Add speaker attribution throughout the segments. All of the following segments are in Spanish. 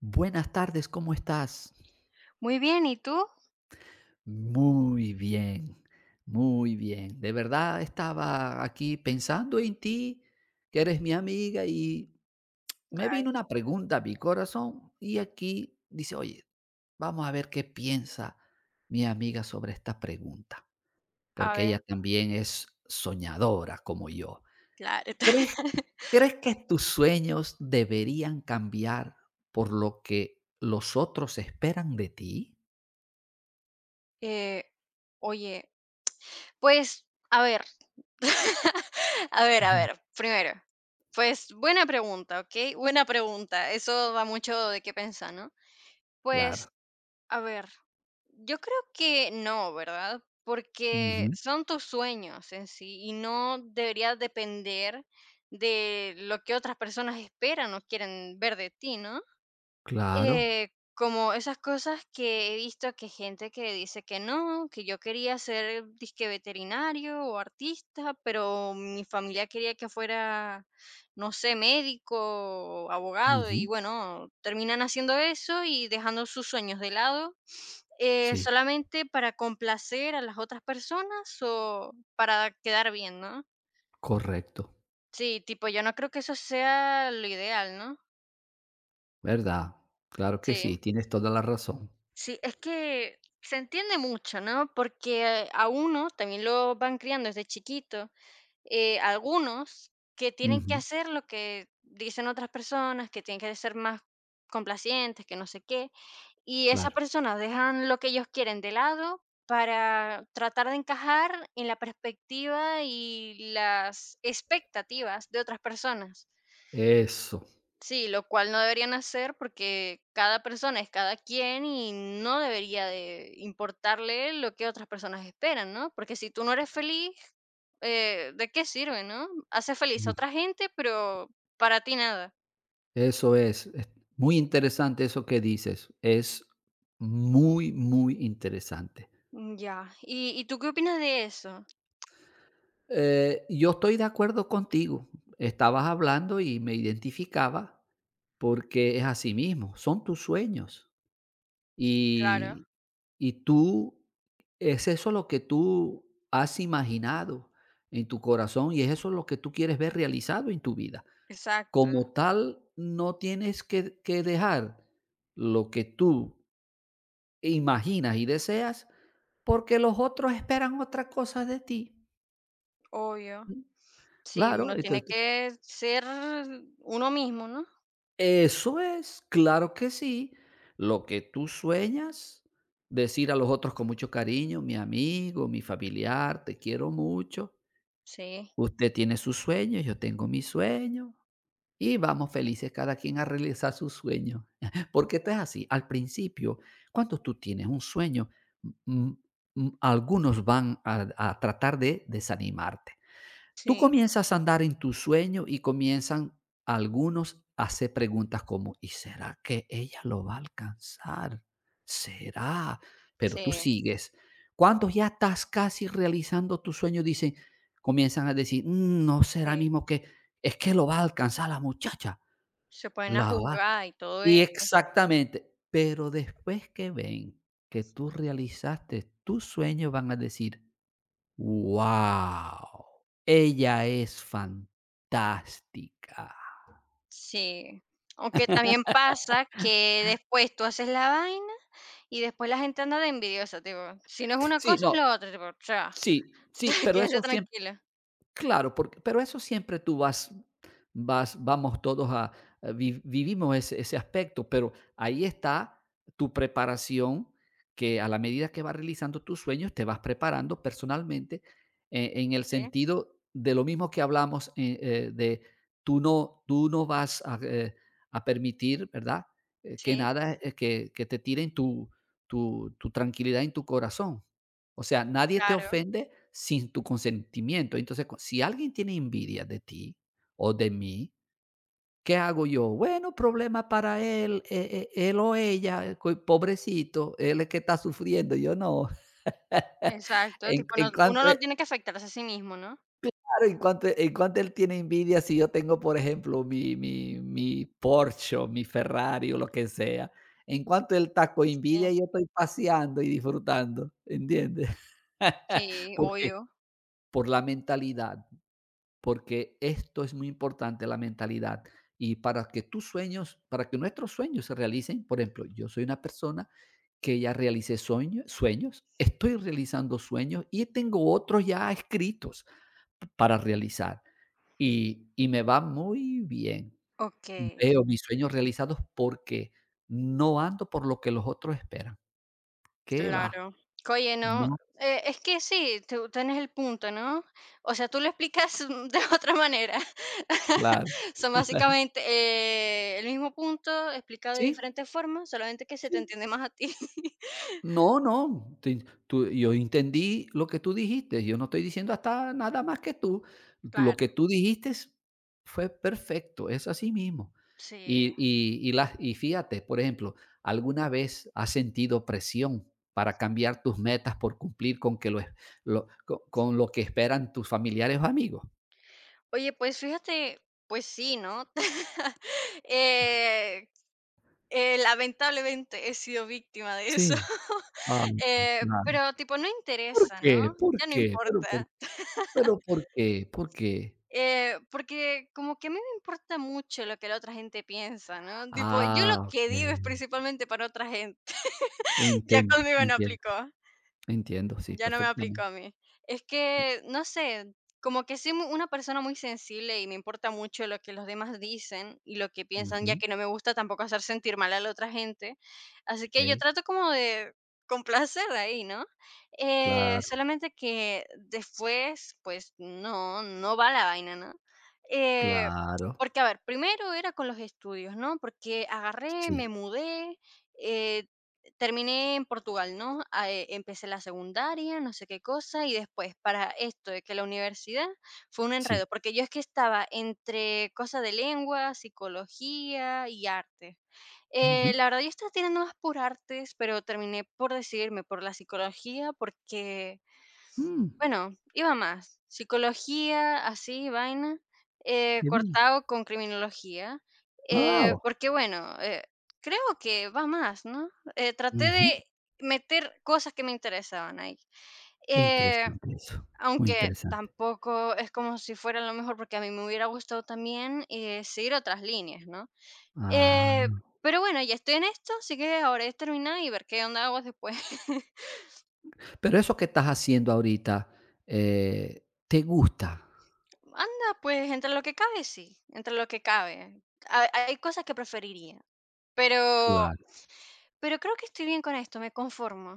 Speaker 1: Buenas tardes, ¿cómo estás?
Speaker 2: Muy bien, ¿y tú?
Speaker 1: Muy bien, muy bien. De verdad estaba aquí pensando en ti, que eres mi amiga, y me
Speaker 2: Ay,
Speaker 1: vino una pregunta a mi corazón y aquí dice, oye, vamos a ver qué piensa mi amiga sobre esta pregunta,
Speaker 2: a
Speaker 1: porque
Speaker 2: ver.
Speaker 1: ella también es soñadora como yo.
Speaker 2: Claro.
Speaker 1: ¿Crees, crees que tus sueños deberían cambiar por lo que los otros esperan de ti?
Speaker 2: Eh, oye, pues, a ver. A
Speaker 1: Ujú.
Speaker 2: ver, primero, pues, buena pregunta, ¿ok? Buena pregunta, eso da mucho de qué pensar, ¿no?
Speaker 1: Claro.
Speaker 2: Pues, a ver, yo creo que no, ¿verdad? Porque
Speaker 1: Ujú,
Speaker 2: son tus sueños en sí, y no debería depender de lo que otras personas esperan o quieren ver de ti, ¿no?
Speaker 1: claro,
Speaker 2: Como esas cosas que he visto que gente que dice que no, que yo quería ser disque veterinario o artista, pero mi familia quería que fuera, no sé, médico o abogado, y
Speaker 1: ujú,
Speaker 2: bueno, terminan haciendo eso y dejando sus sueños de lado.
Speaker 1: sí,
Speaker 2: Solamente para complacer a las otras personas o para quedar bien, ¿no?
Speaker 1: correcto,
Speaker 2: Sí, tipo, yo no creo que eso sea lo ideal, ¿no?
Speaker 1: ¿verdad? Claro que
Speaker 2: Sí.
Speaker 1: sí, tienes toda la razón.
Speaker 2: Sí, es que se entiende mucho, ¿no? Porque a uno también lo van criando desde chiquito. Algunos que tienen que
Speaker 1: Ujú,
Speaker 2: hacer lo que dicen otras personas, que tienen que ser más complacientes, que no sé qué. Y esas
Speaker 1: claro,
Speaker 2: personas dejan lo que ellos quieren de lado para tratar de encajar en la perspectiva y las expectativas de otras personas.
Speaker 1: eso,
Speaker 2: Sí, lo cual no deberían hacer porque cada persona es cada quien y no debería de importarle lo que otras personas esperan, ¿no? Porque si tú no eres feliz, ¿de qué sirve, no? Hace feliz a
Speaker 1: ujú,
Speaker 2: otra gente, pero para ti nada.
Speaker 1: eso es, muy interesante eso que dices, es muy, muy interesante.
Speaker 2: Ya. Y tú qué opinas de eso?
Speaker 1: Yo estoy de acuerdo contigo, estabas hablando y me identificaba porque es así mismo, son tus sueños.
Speaker 2: Claro,
Speaker 1: Y y tú es eso lo que tú has imaginado en tu corazón, y es eso lo que tú quieres ver realizado en tu vida.
Speaker 2: exacto,
Speaker 1: Como tal, no tienes que dejar lo que tú imaginas y deseas, porque los otros esperan otra cosa de ti.
Speaker 2: obvio.
Speaker 1: Mm,
Speaker 2: Sí,
Speaker 1: claro,
Speaker 2: uno tiene
Speaker 1: entonces
Speaker 2: que ser uno mismo, ¿no?
Speaker 1: eso es, claro que sí. Lo que tú sueñas, decir a los otros con mucho cariño, mi amigo, mi familiar, te quiero mucho.
Speaker 2: Sí,
Speaker 1: Usted tiene sus sueños, yo tengo mis sueños y vamos felices cada quien a realizar sus sueños. Porque esto es así, al principio, cuando tú tienes un sueño, mm, algunos van a tratar de desanimarte. Tú
Speaker 2: sí,
Speaker 1: comienzas a andar en tu sueño y comienzan algunos a hacer preguntas como, ¿y será que ella lo va a alcanzar? ¿Será? Pero
Speaker 2: sí,
Speaker 1: tú sigues. Cuando ya estás casi realizando tu sueño, comienzan a decir, "Mm, no
Speaker 2: sí.
Speaker 1: será mismo que es que lo va a alcanzar la muchacha.
Speaker 2: Se pueden a
Speaker 1: La va."
Speaker 2: juzgar y todo
Speaker 1: Y
Speaker 2: eso.
Speaker 1: exactamente. Pero después que ven que tú realizaste tu sueño, van a decir, wow, ella es fantástica.
Speaker 2: Sí, aunque también pasa que después tú haces la vaina y después la gente anda de envidiosa, tipo, si no es una
Speaker 1: Sí,
Speaker 2: cosa
Speaker 1: no,
Speaker 2: es lo otra, tipo, o
Speaker 1: sí, sí, pero eso
Speaker 2: quédense tranquila.
Speaker 1: claro, porque, pero eso siempre tú vamos todos a, vivimos ese aspecto, pero ahí está tu preparación, que a la medida que vas realizando tus sueños, te vas preparando personalmente en el
Speaker 2: Sí,
Speaker 1: sentido de lo mismo que hablamos, de tú no vas a permitir, ¿verdad? Que
Speaker 2: sí,
Speaker 1: nada, que te tiren tu tranquilidad en tu corazón. O sea, nadie te
Speaker 2: claro,
Speaker 1: ofende sin tu consentimiento. Entonces, cu si alguien tiene envidia de ti o de mí, ¿qué hago yo? Bueno, problema para él, él o ella, coi pobrecito, él es que está sufriendo, yo no.
Speaker 2: exacto, tipo, no,
Speaker 1: En
Speaker 2: uno
Speaker 1: cuanto
Speaker 2: no
Speaker 1: e
Speaker 2: tiene que afectarse a sí mismo, ¿no?
Speaker 1: claro, en cuanto él tiene envidia, si yo tengo, por ejemplo, mi Porsche, o mi Ferrari, o lo que sea, en cuanto él está con
Speaker 2: Sí,
Speaker 1: envidia, yo estoy paseando y disfrutando, ¿entiendes?
Speaker 2: sí,
Speaker 1: Porque
Speaker 2: obvio.
Speaker 1: por la mentalidad, porque esto es muy importante, la mentalidad. Y para que tus sueños, para que nuestros sueños se realicen, por ejemplo, yo soy una persona que ya realicé sueños, estoy realizando sueños y tengo otros ya escritos para realizar. Y me va muy bien.
Speaker 2: Ok.
Speaker 1: Veo mis sueños realizados porque no ando por lo que los otros esperan. ¿Qué va?
Speaker 2: Claro. Oye, no,
Speaker 1: No,
Speaker 2: es que sí, tú tienes el punto, ¿no? O sea, tú lo explicas de otra manera.
Speaker 1: claro.
Speaker 2: Son básicamente el mismo punto explicado de
Speaker 1: Sí,
Speaker 2: diferentes formas, solamente que se te
Speaker 1: sí.
Speaker 2: entiende más a ti.
Speaker 1: No, no, te tú yo entendí lo que tú dijiste, yo no estoy diciendo hasta nada más que tú. Lo
Speaker 2: Claro,
Speaker 1: que tú dijiste es fue perfecto, es así mismo.
Speaker 2: sí.
Speaker 1: Y las y Fíjate, por ejemplo, ¿alguna vez has sentido presión para cambiar tus metas por cumplir con lo co con lo que esperan tus familiares o amigos?
Speaker 2: Oye, pues fíjate, pues sí, ¿no? Eh, lamentablemente he sido víctima de eso.
Speaker 1: Sí. Ah, claro.
Speaker 2: Pero tipo, no
Speaker 1: ¿Por
Speaker 2: interesa, ¿no?
Speaker 1: qué? ¿Por
Speaker 2: Ya no
Speaker 1: qué?
Speaker 2: importa.
Speaker 1: ¿Pero por qué? ¿Por qué?
Speaker 2: Porque como que a mí me importa mucho lo que la otra gente piensa, ¿no? Tipo, yo lo
Speaker 1: Ah,
Speaker 2: que digo es
Speaker 1: okey,
Speaker 2: principalmente para otra gente. Ya
Speaker 1: entiendo,
Speaker 2: conmigo no
Speaker 1: entiendo.
Speaker 2: aplicó.
Speaker 1: Entiendo, sí,
Speaker 2: Ya no me aplicó
Speaker 1: perfectamente.
Speaker 2: a mí. Es que, no sé, como que soy una persona muy sensible y me importa mucho lo que los demás dicen y lo que piensan, ya
Speaker 1: Ujú,
Speaker 2: que no me gusta tampoco hacer sentir mal a la otra gente. Así que yo
Speaker 1: okey.
Speaker 2: trato como de complacer ahí, ¿no?
Speaker 1: Claro,
Speaker 2: Solamente que después, pues no, no va la vaina, ¿no? Eh,
Speaker 1: claro.
Speaker 2: Porque, a ver, primero era con los estudios, ¿no? Porque agarré, me
Speaker 1: Sí,
Speaker 2: mudé. eh, Terminé en Portugal, ¿no? Ah, empecé la secundaria, no sé qué cosa, y después para esto de que la universidad fue un
Speaker 1: sí.
Speaker 2: enredo, porque yo es que estaba entre cosas de lengua, psicología y arte.
Speaker 1: Ujú.
Speaker 2: La verdad yo estaba tirando más por artes, pero terminé por decidirme por la psicología porque
Speaker 1: Mm,
Speaker 2: bueno, iba más. Psicología, así, vaina,
Speaker 1: qué bien.
Speaker 2: cortado con criminología,
Speaker 1: Wow,
Speaker 2: porque bueno, creo que va más, ¿no? Traté
Speaker 1: ujú.
Speaker 2: de meter cosas que me interesaban ahí.
Speaker 1: Qué
Speaker 2: Eh,
Speaker 1: interesante eso, muy
Speaker 2: Aunque
Speaker 1: interesante.
Speaker 2: tampoco es como si fuera lo mejor, porque a mí me hubiera gustado también seguir otras líneas, ¿no?
Speaker 1: Ah,
Speaker 2: Eh, pero bueno, ya estoy en esto, así que ahora es terminar y ver qué onda hago después.
Speaker 1: pero eso que estás haciendo ahorita, ¿te gusta?
Speaker 2: Anda, pues, entre lo que cabe, sí, entre lo que cabe. Ha Hay cosas que preferiría, pero
Speaker 1: Claro,
Speaker 2: creo que estoy bien con esto, me conformo.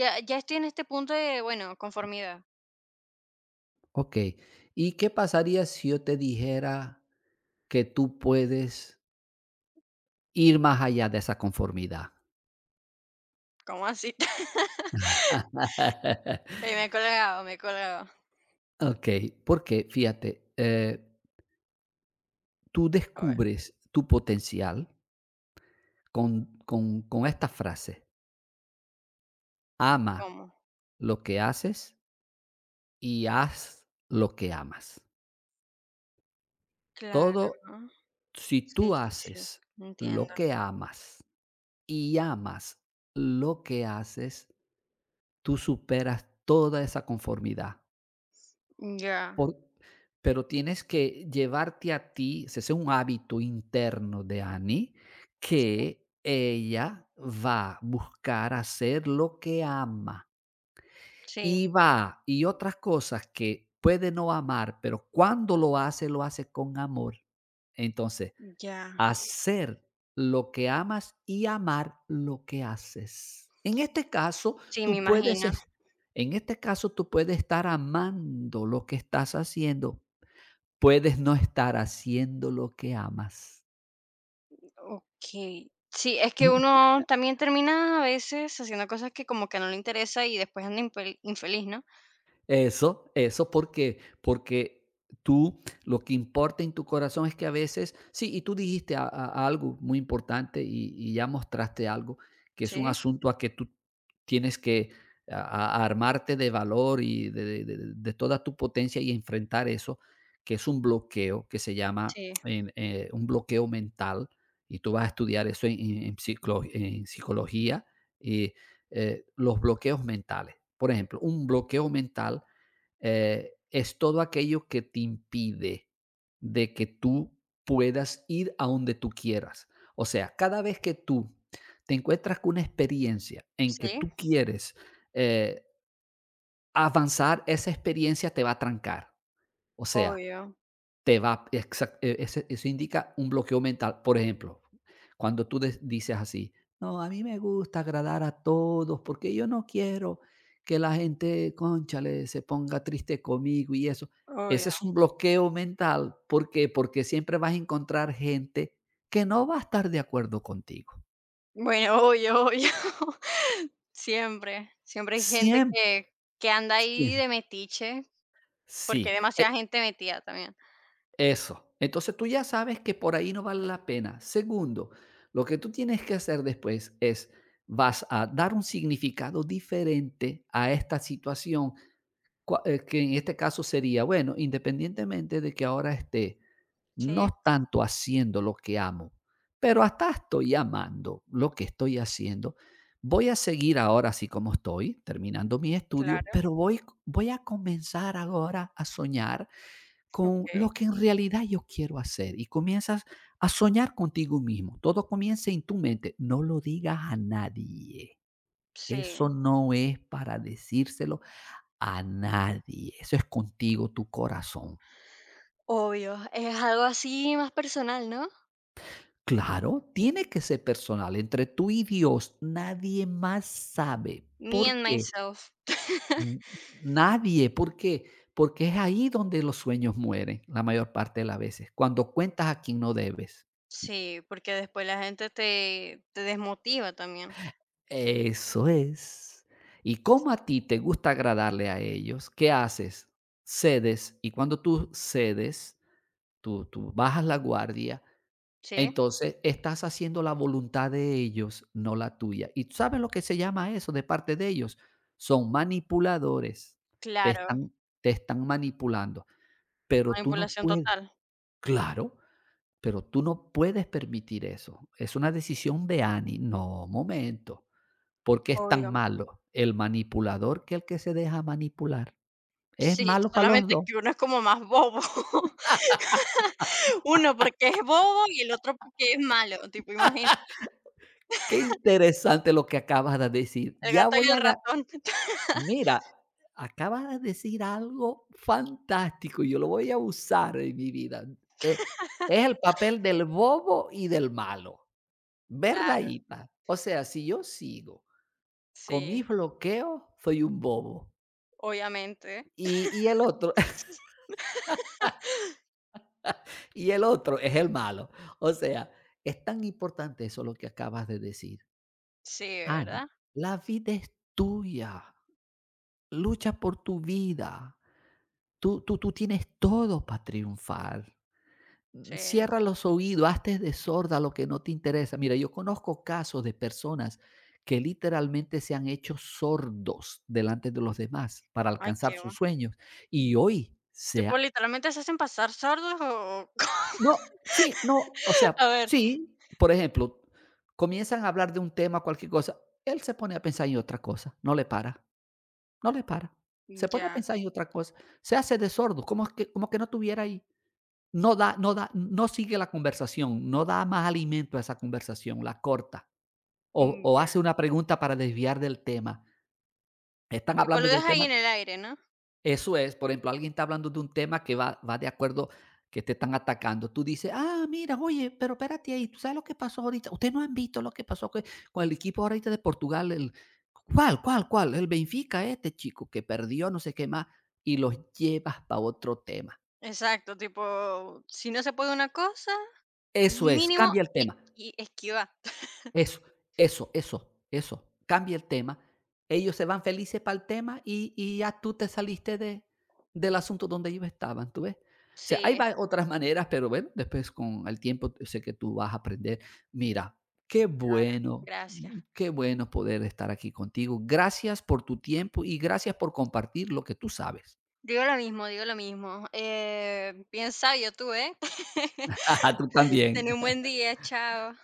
Speaker 2: Ya estoy en este punto de, bueno, conformidad.
Speaker 1: okey. ¿Y qué pasaría si yo te dijera que tú puedes ir más allá de esa conformidad?
Speaker 2: ¿Cómo así? Ey, me he colgado.
Speaker 1: Okey, porque fíjate, tú
Speaker 2: A ver,
Speaker 1: descubres tu potencial con esta frase. Ama
Speaker 2: ¿cómo?
Speaker 1: lo que haces y haz lo que amas. Todo,
Speaker 2: Claro.
Speaker 1: si
Speaker 2: Sí,
Speaker 1: tú
Speaker 2: sí, sí,
Speaker 1: haces lo
Speaker 2: entiendo.
Speaker 1: que amas y amas lo que haces, tú superas toda esa conformidad.
Speaker 2: Ya,
Speaker 1: Por- pero tienes que llevarte a ti, ese es un hábito interno de Annie, que ella va a buscar hacer lo que ama.
Speaker 2: sí,
Speaker 1: Y va, y otras cosas que puede no amar, pero cuando lo hace con amor. Entonces,
Speaker 2: ya.
Speaker 1: hacer lo que amas y amar lo que haces. En este caso,
Speaker 2: Sí, me
Speaker 1: tú puedes
Speaker 2: imagino.
Speaker 1: es en este caso, tú puedes estar amando lo que estás haciendo, puedes no estar haciendo lo que amas.
Speaker 2: Okey. Sí, es que uno también termina a veces haciendo cosas que como que no le interesa y después anda infeliz, ¿no?
Speaker 1: Eso porque, porque tú lo que importa en tu corazón es que a veces, sí, y tú dijiste algo muy importante y ya mostraste algo, que es un
Speaker 2: Sí.
Speaker 1: asunto a que tú tienes que a- armarte de valor y de toda tu potencia y enfrentar eso, que es un bloqueo que se llama
Speaker 2: Sí,
Speaker 1: un bloqueo mental, y tú vas a estudiar eso en en psicología, y los bloqueos mentales. Por ejemplo, un bloqueo mental, es todo aquello que te impide de que tú puedas ir a donde tú quieras. O sea, cada vez que tú te encuentras con una experiencia en que
Speaker 2: sí,
Speaker 1: tú quieres, eh, avanzar, esa experiencia te va a trancar. O sea,
Speaker 2: obvio,
Speaker 1: te va, exact- ese- eso indica un bloqueo mental. Por ejemplo, cuando tú dices así, no, a mí me gusta agradar a todos porque yo no quiero que la gente, conchale, se ponga triste conmigo y eso. Ese es
Speaker 2: obvio.
Speaker 1: un bloqueo mental. ¿Por qué? Porque siempre vas a encontrar gente que no va a estar de acuerdo contigo.
Speaker 2: Bueno, obvio, obvio. Siempre, siempre hay gente
Speaker 1: Siempre.
Speaker 2: que anda ahí de
Speaker 1: Siempre.
Speaker 2: metiche, porque
Speaker 1: Sí.
Speaker 2: hay demasiada gente metida también.
Speaker 1: Eso. Entonces tú ya sabes que por ahí no vale la pena. Segundo, lo que tú tienes que hacer después es, vas a dar un significado diferente a esta situación, que en este caso sería, bueno, independientemente de que ahora esté, no
Speaker 2: Sí,
Speaker 1: tanto haciendo lo que amo, pero hasta estoy amando lo que estoy haciendo. Voy a seguir ahora así como estoy, terminando mi estudio,
Speaker 2: claro,
Speaker 1: pero voy a comenzar ahora a soñar con lo
Speaker 2: okey.
Speaker 1: que en realidad yo quiero hacer y comienzas a soñar contigo mismo. Todo comienza en tu mente. No lo digas a nadie. Eso
Speaker 2: Sí,
Speaker 1: no es para decírselo a nadie. Eso es contigo, tu corazón.
Speaker 2: obvio, es algo así más personal, ¿no?
Speaker 1: Claro, tiene que ser personal. Entre tú y Dios, nadie más sabe.
Speaker 2: Me
Speaker 1: ¿Por
Speaker 2: and
Speaker 1: qué?
Speaker 2: myself.
Speaker 1: N- Nadie. ¿Por qué? Porque es ahí donde los sueños mueren la mayor parte de las veces, cuando cuentas a quien no debes.
Speaker 2: Sí, porque después la gente te desmotiva también.
Speaker 1: Eso es. Y como a ti te gusta agradarle a ellos, ¿qué haces? Cedes. Y cuando tú cedes, tú bajas la guardia,
Speaker 2: Sí,
Speaker 1: entonces estás haciendo la voluntad de ellos, no la tuya. ¿Y tú sabes lo que se llama eso de parte de ellos? Son manipuladores. Te
Speaker 2: claro,
Speaker 1: están, te están manipulando. Pero tú no
Speaker 2: manipulación
Speaker 1: puedes.
Speaker 2: total,
Speaker 1: Claro, pero tú no puedes permitir eso. Es una decisión de Ani. No, momento. ¿Por qué es tan
Speaker 2: obvio.
Speaker 1: malo el manipulador que el que se deja manipular? Es
Speaker 2: Sí,
Speaker 1: malo para los
Speaker 2: solamente
Speaker 1: dos.
Speaker 2: que uno es como más bobo. Uno porque es bobo y el otro porque es malo, tipo, imagínate,
Speaker 1: Qué interesante lo que acabas de decir.
Speaker 2: el
Speaker 1: Ya
Speaker 2: gato y
Speaker 1: voy
Speaker 2: el
Speaker 1: a ga
Speaker 2: ratón.
Speaker 1: Mira, acabas de decir algo fantástico y yo lo voy a usar en mi vida. Eh, es el papel del bobo y del malo,
Speaker 2: Claro,
Speaker 1: verdadita. O sea, si yo sigo con mis
Speaker 2: sí,
Speaker 1: bloqueos, soy un bobo.
Speaker 2: obviamente.
Speaker 1: Y y el otro Y el otro es el malo. O sea, es tan importante eso lo que acabas de decir.
Speaker 2: Sí,
Speaker 1: Anne,
Speaker 2: ¿verdad?
Speaker 1: la vida es tuya. Lucha por tu vida. Tú tienes todo para triunfar. Mm,
Speaker 2: Sí.
Speaker 1: cierra los oídos, hazte de sorda lo que no te interesa. Mira, yo conozco casos de personas que literalmente se han hecho sordos delante de los demás para
Speaker 2: Ay,
Speaker 1: alcanzar
Speaker 2: qué va.
Speaker 1: sus sueños y hoy se
Speaker 2: Tipo, literalmente se hacen pasar sordos o
Speaker 1: No, sí, no, o sea,
Speaker 2: A ver,
Speaker 1: sí, por ejemplo, comienzan a hablar de un tema, cualquier cosa, él se pone a pensar en otra cosa, no le para, no le para. Se pone a
Speaker 2: ya,
Speaker 1: pensar en otra cosa, se hace de sordo, como que no estuviera ahí. No sigue la conversación, no da más alimento a esa conversación, la corta, o
Speaker 2: ya.
Speaker 1: hace una pregunta para desviar del tema. Están
Speaker 2: Tipo,
Speaker 1: hablando
Speaker 2: lo
Speaker 1: del
Speaker 2: dejas ahí
Speaker 1: tema
Speaker 2: en el aire, ¿no?
Speaker 1: eso es, por ejemplo, alguien está hablando de un tema que va de acuerdo, que te están atacando. Tú dices, ah, mira, oye, pero espérate ahí, ¿tú sabes lo que pasó ahorita? Ustedes no han visto lo que pasó con el equipo ahorita de Portugal, ¿cuál? El Benfica, este chico que perdió, no sé qué más, y los llevas para otro tema.
Speaker 2: Exacto, tipo, si no se puede una cosa,
Speaker 1: Eso es,
Speaker 2: mínimo
Speaker 1: cambia el tema.
Speaker 2: equi esquivar.
Speaker 1: Eso, Eso. Cambia el tema. Ellos se van felices para el tema y ya tú te saliste de, del asunto donde ellos estaban, ¿tú ves? O sea, hay
Speaker 2: Sí.
Speaker 1: otras maneras, pero bueno, después con el tiempo yo sé que tú vas a aprender. Mira, qué
Speaker 2: Claro,
Speaker 1: bueno,
Speaker 2: gracias.
Speaker 1: mm, qué bueno poder estar aquí contigo. Gracias por tu tiempo y gracias por compartir lo que tú sabes.
Speaker 2: Digo lo mismo, digo lo mismo. Bien sabio tú, ¿eh?
Speaker 1: Ajá, tú también.
Speaker 2: Ten un buen día, chao.